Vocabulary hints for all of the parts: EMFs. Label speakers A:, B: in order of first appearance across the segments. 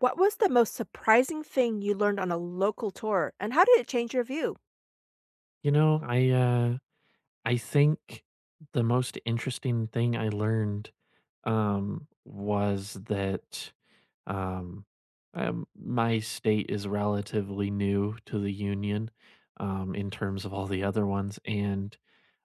A: What was the most surprising thing you learned on a local tour, and how did it change your view?
B: You know, I think the most interesting thing I learned was that um my state is relatively new to the union in terms of all the other ones, and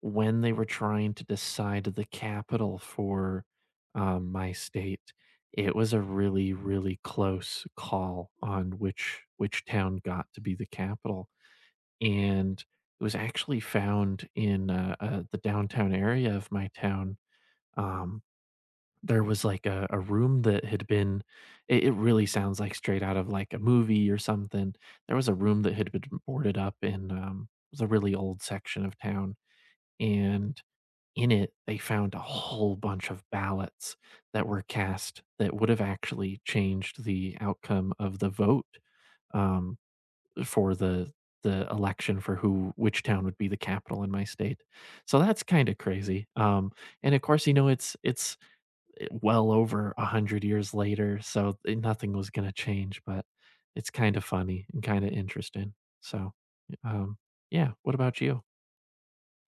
B: when they were trying to decide the capital for my state, it was a really really close call on which town got to be the capital. And it was actually found in the downtown area of my town. Um, there was, like, a room that had been— it really sounds like straight out of, like, a movie or something. There was a room that had been boarded up in— it was a really old section of town, and in it, they found a whole bunch of ballots that were cast that would have actually changed the outcome of the vote, um for the election for who which town would be the capital in my state. So that's kind of crazy. And of course, you know, it's well over 100 years later, so nothing was gonna change, but it's kind of funny and kind of interesting. So um yeah, what about you?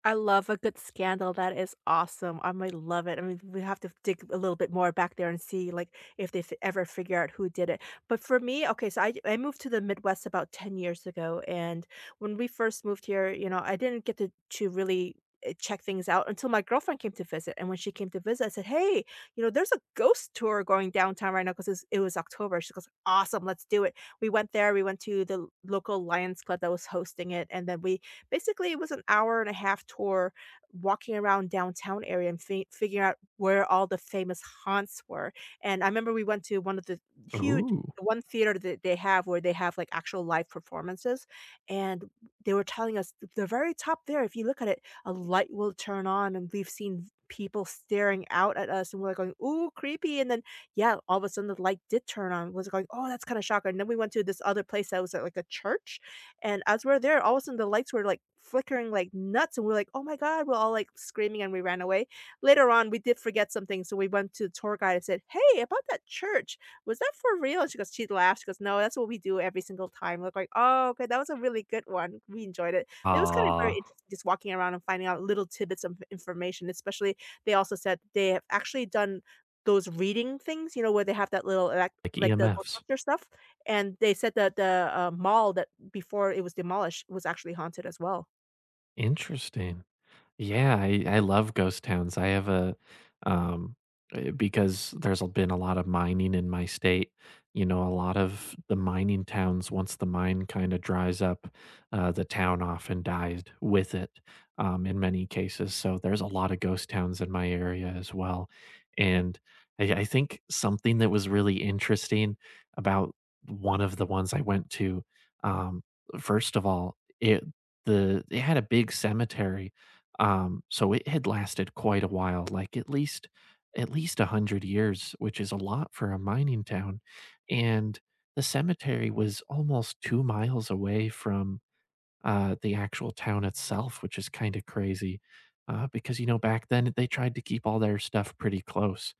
A: I love a good scandal, that is awesome. I might love it. I mean, we have to dig a little bit more back there and see, like, if they f ever figure out who did it, but for me, okay, so I moved to the Midwest about 10 years ago, and when we first moved here, you know, I didn't get to really, check things out until my girlfriend came to visit, and when she came to visit, I said, "Hey, you know, there's a ghost tour going downtown right now because it was October. She goes, "Awesome, let's do it." We went there. We went to the local Lions Club that was hosting it, and then we Basically, it was an 1.5 hour tour walking around downtown area and figuring out where all the famous haunts were. And I remember we went to one of the huge
B: Ooh.
A: one theater that they have where they have like actual live performances, and they were telling us the very top there, if you look at it, a light will turn on and we've seen people staring out at us and we're like going ooh, creepy. And then yeah, all of a sudden the light did turn on, was going oh, that's kind of shocking. And then we went to this other place that was at like a church, and as we're there, all of a sudden the lights were like flickering like nuts, and we're like, "Oh my god!" We're all like screaming, and we ran away. Later on, we did forget something, so we went to the tour guide and said, "Hey, about that church, was that for real?" And she goes, she laughed. She goes, "No, that's what we do every single time." We're like, "Oh, okay, that was a really good one. We enjoyed it." It was kind of very
B: ah,
A: interesting just walking around and finding out little tidbits of information. Especially, they also said they have actually done those reading things, you know, where they have that little elec
B: like
A: like the
B: EMFs.
A: Ghostbuster stuff, and they said that the mall that before it was demolished, was actually haunted as well.
B: Interesting. Yeah, I love ghost towns. I have um because there's been a lot of mining in my state. You know, a lot of the mining towns, once the mine kind of dries up, the town often dies with it, in many cases. So there's a lot of ghost towns in my area as well. And I think something that was really interesting about one of the ones I went to, um, first of all, it had a big cemetery, so it had lasted quite a while, like at least 100 years, which is a lot for a mining town. And the cemetery was almost 2 miles away from the actual town itself, which is kinda crazy, because, you know, back then, they tried to keep all their stuff pretty close.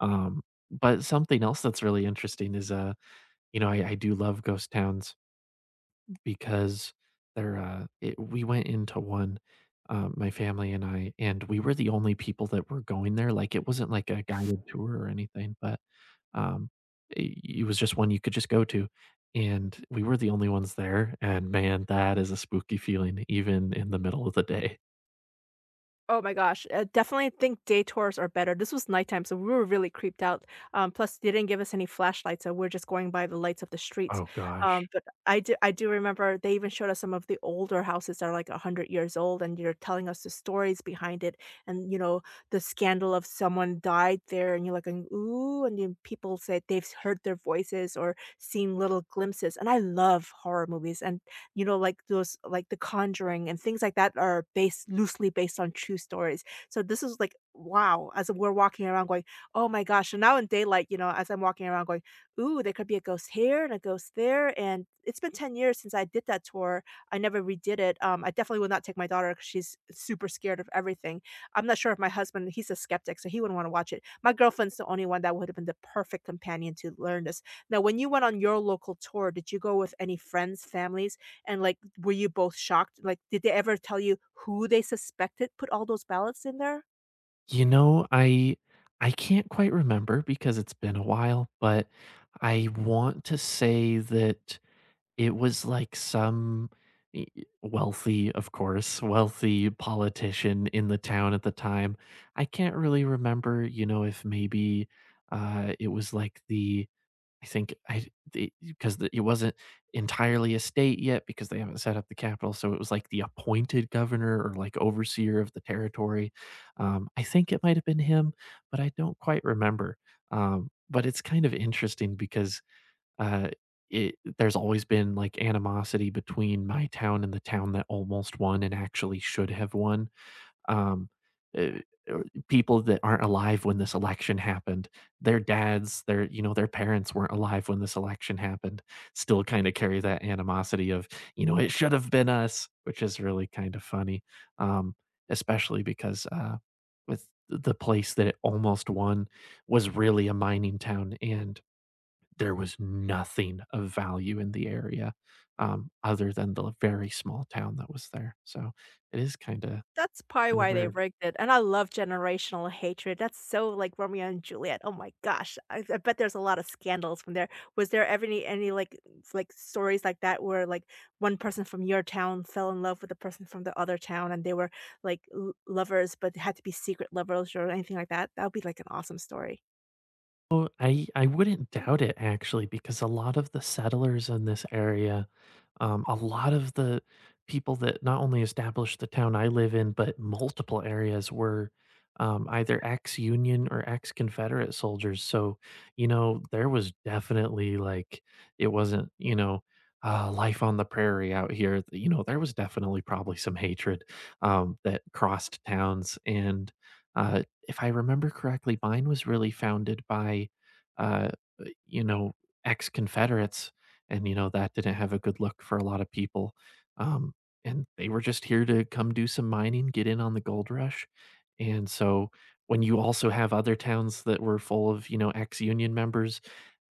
B: Um, but something else that's really interesting is, you know, I do love ghost towns, because we went into one, my family and I, and we were the only people that were going there. Like, it wasn't like a guided tour or anything, but um, it was just one you could just go to. And we were the only ones there. And man, that is a spooky feeling, even in the middle of the day.
A: Oh my gosh, I definitely think day tours are better. This was nighttime, so we were really creeped out. Plus, they didn't give us any flashlights, so we're just going by the lights of the streets.
B: Oh gosh.
A: But I do remember they even showed us some of the older houses that are like 100 years old, and you're telling us the stories behind it, and you know the scandal of someone died there, and you're like, going, ooh, and then people said they've heard their voices or seen little glimpses. And I love horror movies, and you know, like those like The Conjuring and things like that are based loosely based on true stories. So this is like wow, as we're walking around going, "Oh my gosh." And now in daylight, you know, as I'm walking around going, "Ooh, there could be a ghost here and a ghost there." And it's been 10 years since I did that tour. I never redid it. I definitely would not take my daughter 'cause she's super scared of everything. I'm not sure if my husband, he's a skeptic, so he wouldn't want to watch it. My girlfriend's the only one that would have been the perfect companion to learn this. Now, when you went on your local tour, did you go with any friends, families? And like, were you both shocked? Like, did they ever tell you who they suspected put all those ballots in there?
B: You know, I can't quite remember because it's been a while, but I want to say that it was like some e e wealthy, of course, wealthy politician in the town at the time. I can't really remember, you know, if maybe, it was like the I think I because it wasn't entirely a state yet because they haven't set up the capital, so it was like the appointed governor or, like, overseer of the territory. I think it might have been him, but I don't quite remember. But it's kind of interesting because uh, it there's always been, like, animosity between my town and the town that almost won and actually should have won. Um, eh, People that aren't alive when this election happened, their dads, their parents weren't alive when this election happened, still kinda carry that animosity of, you know, "It should have been us," which is really kind of funny, um, especially because, with the place that it almost won was really a mining town and there was nothing of value in the area, other than the very small town that was there, so it is kinda
A: That's probably
B: kinda
A: why they
B: weird.
A: rigged it. And I love generational hatred. That's so like Romeo and Juliet. Oh my gosh. I bet there's a lot of scandals from there. Was there ever any like like stories like that where like one person from your town fell in love with a person from the other town and they were like lovers but had to be secret lovers or anything like that? That would be like an awesome story.
B: Oh, I wouldn't doubt it, actually, because a lot of the settlers in this area, a lot of the people that not only established the town I live in, but multiple areas were either ex-Union or ex-Confederate soldiers. So, you know, there was definitely like it wasn't, you know, life on the prairie out here. You know, there was definitely probably some hatred that crossed towns and. Uh, if I remember correctly, mine was really founded by, uh, you know, ex-Confederates, and, you know, that didn't have a good look for a lot of people, um, and they were just here to come do some mining, get in on the gold rush, and so when you also have other towns that were full of, you know, ex-Union members,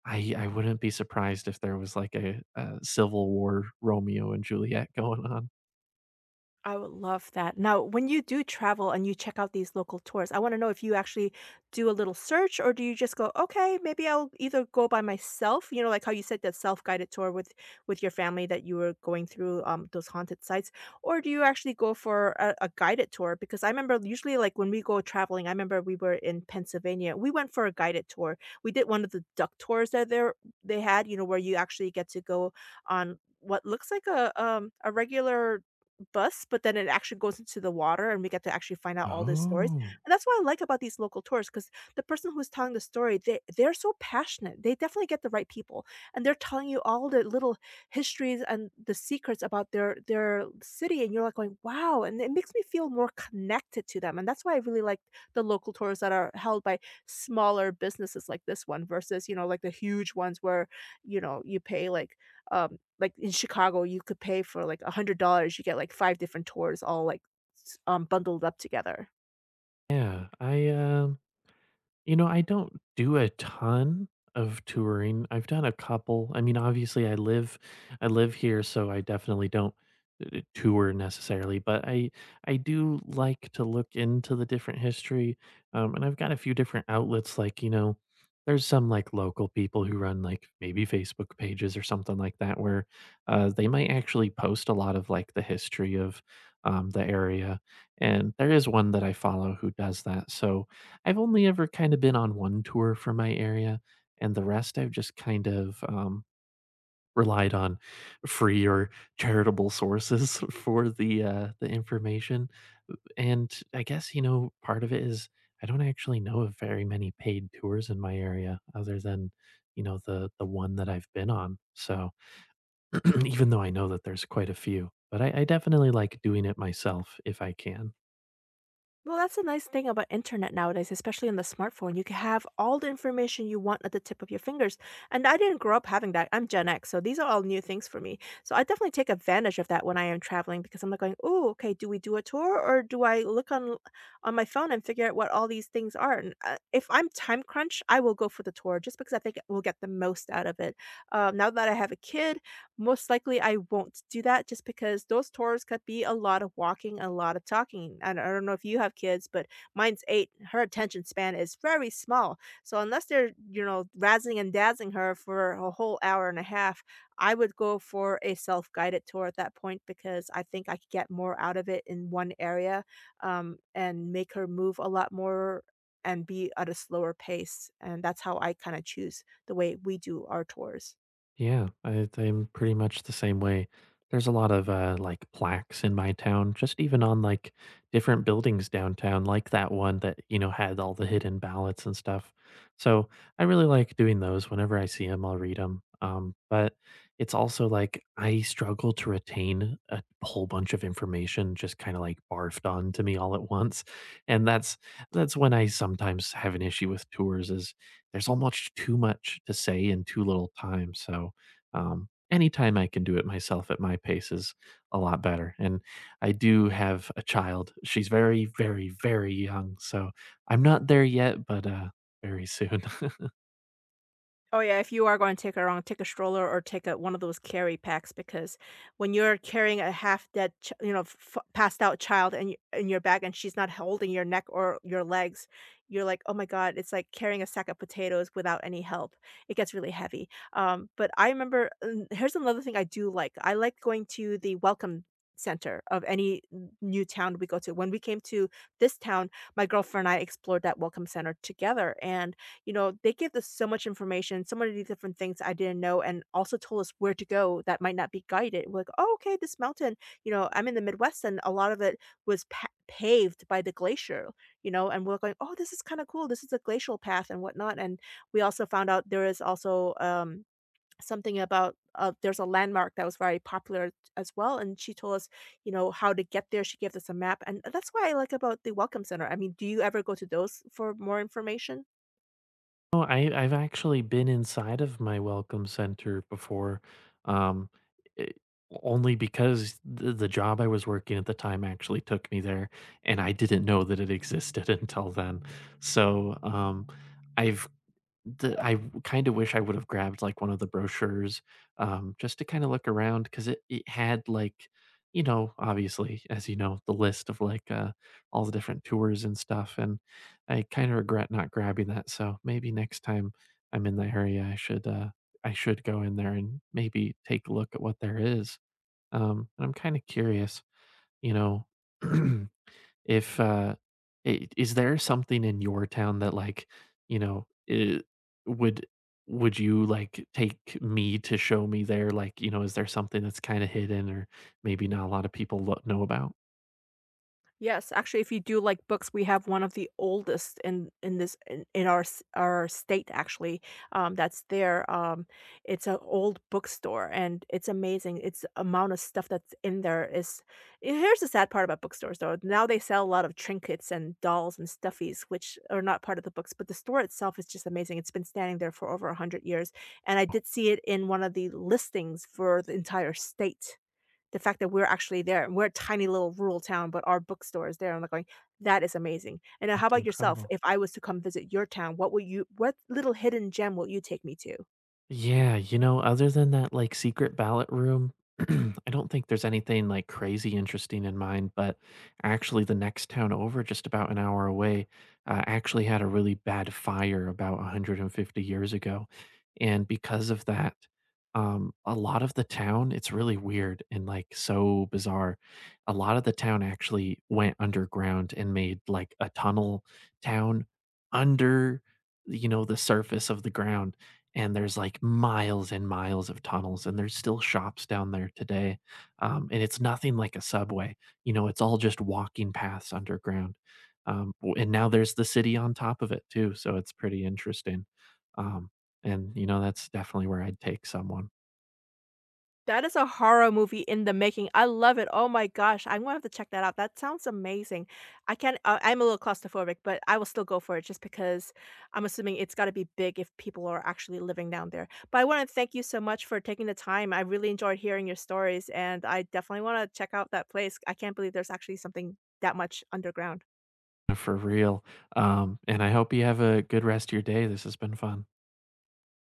B: I wouldn't be surprised if there was, like, a Civil War Romeo and Juliet going on.
A: I would love that. Now, when you do travel and you check out these local tours, I want to know if you actually do a little search or do you just go, "Okay, maybe I'll either go by myself," you know, like how you said that self-guided tour with your family that you were going through those haunted sites, or do you actually go for a guided tour? Because I remember usually like when we go traveling, I remember we were in Pennsylvania. We went for a guided tour. We did one of the duck tours that there they had, you know, where you actually get to go on what looks like a regular bus, but then it actually goes into the water and we get to actually find out all these stories,
B: Oh.
A: and that's what I like about these local tours, because the person who's telling the story, they're so passionate, they definitely get the right people, and they're telling you all the little histories and the secrets about their city, and you're like going, "Wow," and it makes me feel more connected to them, and that's why I really like the local tours that are held by smaller businesses like this one versus, you know, like the huge ones where, you know, you pay like in Chicago, you could pay for like $100, you get like 5 different tours all like bundled up together.
B: Yeah, you know, I don't do a ton of touring. I've done a couple. I mean, obviously I live here, so I definitely don't tour necessarily, but I do like to look into the different history. And I've got a few different outlets like, you know, there's some like local people who run like maybe Facebook pages or something like that where they might actually post a lot of like the history of the area. And there is one that I follow who does that. So I've only ever kind of been on one tour for my area, and the rest I've just kind of, relied on free or charitable sources for the information, and I guess, you know, part of it is I don't actually know of very many paid tours in my area, other than, you know, the one that I've been on, so even though I know that there's quite a few, but I definitely like doing it myself if I can.
A: Well, that's a nice thing about internet nowadays, especially on the smartphone. You can have all the information you want at the tip of your fingers. And I didn't grow up having that. I'm Gen X, so these are all new things for me. So I definitely take advantage of that when I am traveling because I'm like going, "Oh, okay, do we do a tour or do I look on my phone and figure out what all these things are?" And if I'm time crunch, I will go for the tour just because I think we'll get the most out of it. Now that I have a kid, most likely, I won't do that just because those tours could be a lot of walking, a lot of talking. And I don't know if you have kids, but mine's 8. Her attention span is very small. So unless they're, you know, razzing and dazzling her for a whole hour and a half, I would go for a self guided tour at that point because I think I could get more out of it in one area and make her move a lot more and be at a slower pace. And that's how I kind of choose the way we do our tours.
B: Yeah, I'm pretty much the same way. There's a lot of like plaques in my town, just even on like different buildings downtown, like that one that had all the hidden ballots and stuff. So I really like doing those. Whenever I see them, I'll read them. But it's also like I struggle to retain a whole bunch of information just kind of like barfed on to me all at once, and that's when I sometimes have an issue with tours. Is there's almost too much to say in too little time. So, anytime I can do it myself at my pace is a lot better. And I do have a child. She's very, very, very young. So I'm not there yet, but very soon.
A: Oh yeah, if you are going to take her around, take a stroller or take a one of those carry packs because when you're carrying a half dead, you know, passed out child and in in your back, and she's not holding your neck or your legs, you're like, oh my god, it's like carrying a sack of potatoes without any help. It gets really heavy. But I remember and here's another thing I do like. I like going to the welcome center of any new town we go to. When we came to this town, my girlfriend and I explored that welcome center together, and you know, they gave us so much information, so many different things I didn't know, and also told us where to go that might not be guided. We're like, oh, okay, this mountain, you know, I'm in the Midwest, and a lot of it was paved by the glacier, you know, and we're going, oh, this is kind of cool. This is a glacial path and whatnot. And we also found out there is also something about there's a landmark that was very popular as well. And she told us, you know, how to get there. She gave us a map. And that's why I like about the Welcome Center. I mean, do you ever go to those for more information?
B: Oh, I've actually been inside of my welcome center before. Um, it, only because the job I was working at the time actually took me there, and I didn't know that it existed until then. So I've I kind of wish I would have grabbed, like, one of the brochures, just to kinda look around because it had, like, you know, obviously, as you know, the list of, like, all the different tours and stuff, and I kinda regret not grabbing that, so maybe next time I'm in the area, I should go in there and maybe take a look at what there is. And I'm kinda curious, you know, if, I is there something in your town that, like, you know, I would would you, like, take me to show me there? Like, you know, is there something that's kinda hidden or maybe not a lot of people lo know about?
A: Yes, actually, if you do like books, we have one of the oldest in our our state actually. That's there. It's an old bookstore, and it's amazing. It's amount of stuff that's in there is. And here's the sad part about bookstores, though. Now they sell a lot of trinkets and dolls and stuffies, which are not part of the books. But the store itself is just amazing. It's been standing there for over 100 years, and I did see it in one of the listings for the entire state. The fact that we're actually there, and we're a tiny little rural town, but our bookstore is there. I'm, like, going, "That is amazing." And now how
B: That's
A: about yourself?
B: incredible.
A: If I was to come visit your town, what would you what little hidden gem will you take me to?
B: Yeah, you know, other than that, like, secret ballot room, I don't think there's anything, like, crazy interesting in mind, but actually the next town over, just about an hour away, actually had a really bad fire about 150 years ago, and because of that, a lot of the town, it's really weird and, like, so bizarre. A lot of the town actually went underground and made, like, a tunnel town under, you know, the surface of the ground, and there's, like, miles and miles of tunnels, and there's still shops down there today, and it's nothing like a subway, you know, it's all just walking paths underground, w and now there's the city on top of it too, so it's pretty interesting, um, and, you know, that's definitely where I'd take someone,
A: That is a horror movie in the making. I love it. Oh my gosh, I'm gonna have to check that out. That sounds amazing. I can't. I'm a little claustrophobic, but I will still go for it just because I'm assuming it's got to be big if people are actually living down there. But I want to thank you so much for taking the time. I really enjoyed hearing your stories, and I definitely want to check out that place. I can't believe there's actually something that much underground.
B: for real, and I hope you have a good rest of your day. This has been fun.